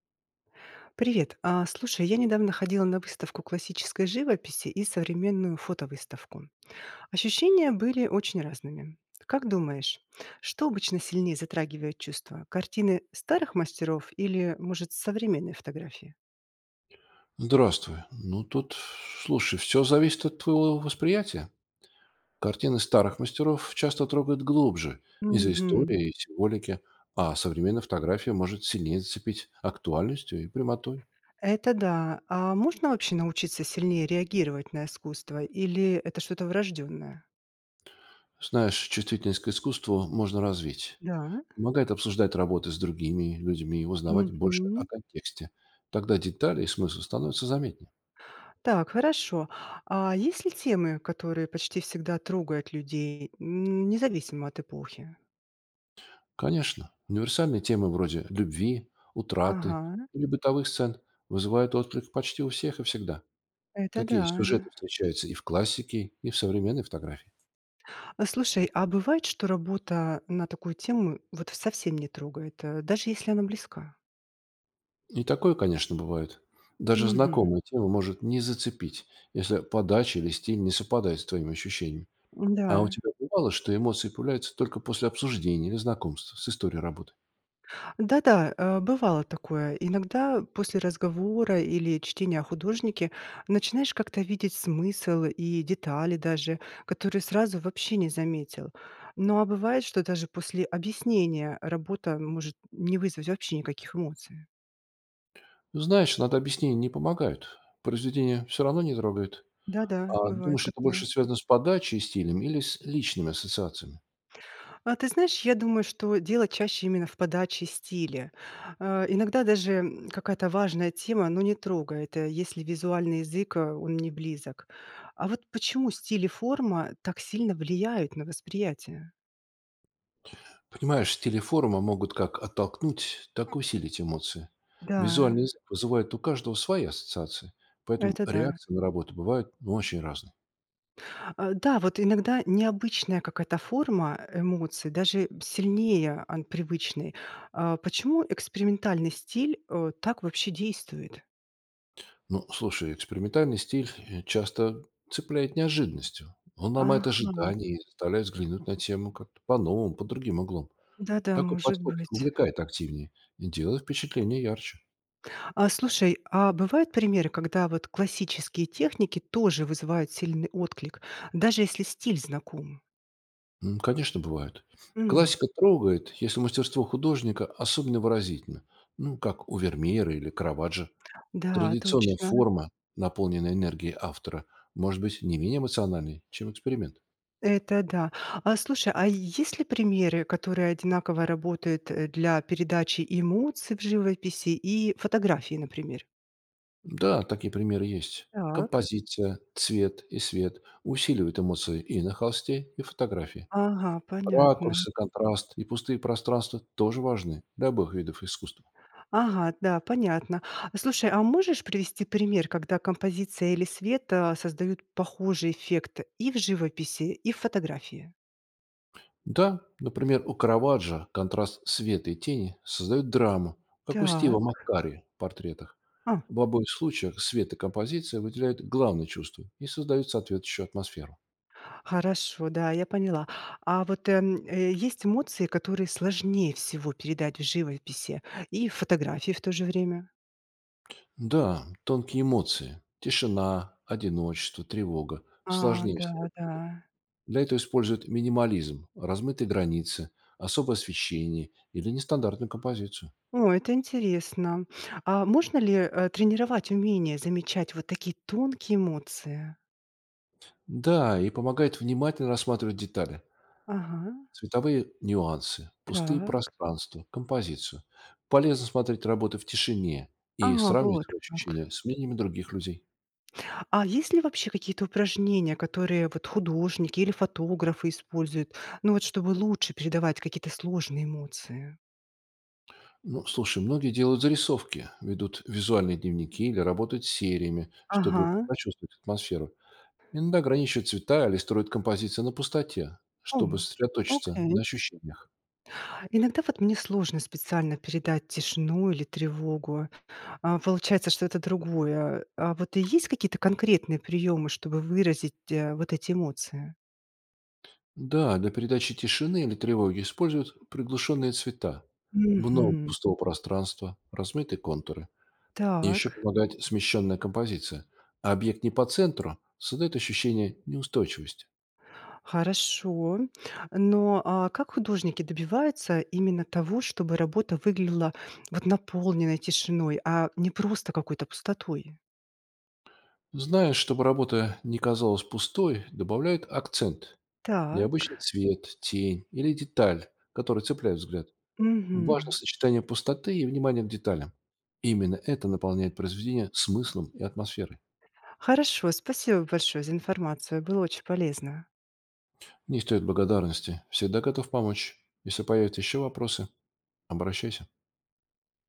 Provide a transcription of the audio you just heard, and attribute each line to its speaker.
Speaker 1: Привет. А, слушай, я недавно ходила на выставку классической живописи и современную фотовыставку. Ощущения были очень разными. Как думаешь, что обычно сильнее затрагивает чувства? Картины старых мастеров или, может, современные фотографии?
Speaker 2: Здравствуй. Ну, тут, слушай, все зависит от твоего восприятия. Картины старых мастеров часто трогают глубже из-за
Speaker 1: Мгм.
Speaker 2: истории и символики, а современная фотография может сильнее зацепить актуальностью и прямотой.
Speaker 1: Это да. А можно вообще научиться сильнее реагировать на искусство или это что-то врожденное?
Speaker 2: Знаешь, чувствительность к искусству можно развить.
Speaker 1: Да.
Speaker 2: Помогает обсуждать работы с другими людьми и узнавать больше
Speaker 1: Мгм.
Speaker 2: о контексте. Тогда детали и смысл становятся заметнее.
Speaker 1: Так, хорошо. А есть ли темы, которые почти всегда трогают людей, независимо от эпохи?
Speaker 2: Конечно, универсальные темы вроде любви, утраты
Speaker 1: Ага,
Speaker 2: или бытовых сцен вызывают отклик почти у всех и всегда.
Speaker 1: это
Speaker 2: Такие
Speaker 1: да.
Speaker 2: сюжеты встречаются и в классике, и в современной фотографии.
Speaker 1: А слушай, а бывает, что работа на такую тему вот совсем не трогает, даже если она близка?
Speaker 2: И такое, конечно, бывает. Даже
Speaker 1: Угу,
Speaker 2: знакомая тема может не зацепить, если подача или стиль не совпадает с твоими ощущениями. А у
Speaker 1: да.
Speaker 2: тебя бывало, что эмоции появляются только после обсуждения или знакомства с историей работы?
Speaker 1: Да-да, бывало такое. Иногда после разговора или чтения о художнике начинаешь как-то видеть смысл и детали даже, которые сразу вообще не заметил. Ну а бывает, что даже после объяснения работа может не вызвать вообще никаких эмоций.
Speaker 2: Ну, знаешь, надо объяснения не помогают. Произведение все равно не трогают.
Speaker 1: Да-да,
Speaker 2: А
Speaker 1: бывает
Speaker 2: думаешь, это
Speaker 1: такое.
Speaker 2: больше связано с подачей и стилем или с личными ассоциациями?
Speaker 1: А ты знаешь, я думаю, что дело чаще именно в подаче стиля. Иногда даже, какая-то важная тема, но не трогает, если визуальный язык, он не близок. А вот почему стиль и форма так сильно влияют на восприятие?
Speaker 2: Понимаешь, стили форума могут как оттолкнуть, так и усилить эмоции. Визуальный
Speaker 1: Да,
Speaker 2: язык вызывает у каждого свои ассоциации, поэтому
Speaker 1: это да.
Speaker 2: реакции на работу бывают, ну, очень разные.
Speaker 1: А, да, вот иногда необычная какая-то форма эмоций даже сильнее, ан привычной. А, почему экспериментальный стиль, так вообще действует?
Speaker 2: Ну, слушай, экспериментальный стиль часто цепляет неожиданностью. Он ломает
Speaker 1: Ага,
Speaker 2: ожидания и заставляет взглянуть на тему как-то по-новому, под другим углом.
Speaker 1: да-да,
Speaker 2: Такой
Speaker 1: может
Speaker 2: подход
Speaker 1: быть.
Speaker 2: увлекает активнее и делает впечатление ярче.
Speaker 1: А слушай, а бывают примеры, когда вот классические техники тоже вызывают сильный отклик, даже если стиль знаком?
Speaker 2: Конечно, бывает.
Speaker 1: М,
Speaker 2: Классика трогает, если мастерство художника особенно выразительно, ну, как у Вермеера или Караваджо.
Speaker 1: да,
Speaker 2: Традиционная
Speaker 1: точно.
Speaker 2: форма, наполненная энергией автора, может быть не менее эмоциональной, чем эксперимент.
Speaker 1: Это да. А слушай, а есть ли примеры, которые одинаково работают для передачи эмоций в живописи и фотографии, например?
Speaker 2: Да, такие примеры есть.
Speaker 1: Так.
Speaker 2: Композиция, цвет и свет усиливают эмоции и на холсте, и фотографии.
Speaker 1: Ага, понятно.
Speaker 2: Ракурсы, контраст и пустые пространства тоже важны для обоих видов искусства.
Speaker 1: Ага, да, понятно. А, слушай, а можешь привести пример, когда композиция или свет создают похожий эффект и в живописи, и в фотографии?
Speaker 2: Да, например, у Караваджо контраст света и тени создает драму, как у Стива
Speaker 1: Так.
Speaker 2: Маккари в портретах.
Speaker 1: А,
Speaker 2: В обоих случаях свет и композиция выделяют главное чувство и создают соответствующую атмосферу.
Speaker 1: хорошо, да, я поняла. А вот, есть эмоции, которые сложнее всего передать в живописи и фотографии в то же время?
Speaker 2: Да, тонкие эмоции, тишина, одиночество, тревога
Speaker 1: А,
Speaker 2: сложнее
Speaker 1: да,
Speaker 2: всего
Speaker 1: да.
Speaker 2: передать. Для этого используют минимализм, размытые границы, особое освещение или нестандартную композицию.
Speaker 1: О, это интересно. А можно ли, тренировать умение замечать вот такие тонкие эмоции?
Speaker 2: Да, и помогает внимательно рассматривать детали,
Speaker 1: Ага,
Speaker 2: цветовые нюансы, пустые
Speaker 1: так.
Speaker 2: пространства, композицию. Полезно смотреть работы в тишине
Speaker 1: А,
Speaker 2: и сравнивать
Speaker 1: вот
Speaker 2: свои
Speaker 1: как.
Speaker 2: ощущения с мнениями других людей.
Speaker 1: А есть ли вообще какие-то упражнения, которые вот художники или фотографы используют, ну вот чтобы лучше передавать какие-то сложные эмоции?
Speaker 2: Ну, слушай, многие делают зарисовки, ведут визуальные дневники или работают сериями, чтобы
Speaker 1: Ага.
Speaker 2: прочувствовать атмосферу. Иногда ограничивают цвета или строят композиции на пустоте,
Speaker 1: О,
Speaker 2: чтобы сосредоточиться
Speaker 1: окей.
Speaker 2: на ощущениях.
Speaker 1: А иногда вот мне сложно специально передать тишину или тревогу. А, получается, что это другое. А вот и есть какие-то конкретные приемы, чтобы выразить, вот эти эмоции?
Speaker 2: Да, для передачи тишины или тревоги используют приглушенные цвета, много
Speaker 1: Мгм.
Speaker 2: пустого пространства, размытые контуры. И еще
Speaker 1: Так,
Speaker 2: помогает смещенная композиция. А объект не по центру создает ощущение неустойчивости.
Speaker 1: хорошо. Но, а, как художники добиваются именно того, чтобы работа выглядела вот наполненной тишиной, а не просто какой-то пустотой?
Speaker 2: Зная, чтобы работа не казалась пустой, добавляют акцент, необычный
Speaker 1: Так.
Speaker 2: цвет, тень или деталь, которые цепляют взгляд.
Speaker 1: Мгм.
Speaker 2: Важно сочетание пустоты и внимания к деталям. Именно это наполняет произведение смыслом и атмосферой.
Speaker 1: Хорошо, спасибо большое за информацию. Было очень полезно.
Speaker 2: Не стоит благодарности. Всегда готов помочь. Если появятся еще вопросы, обращайся.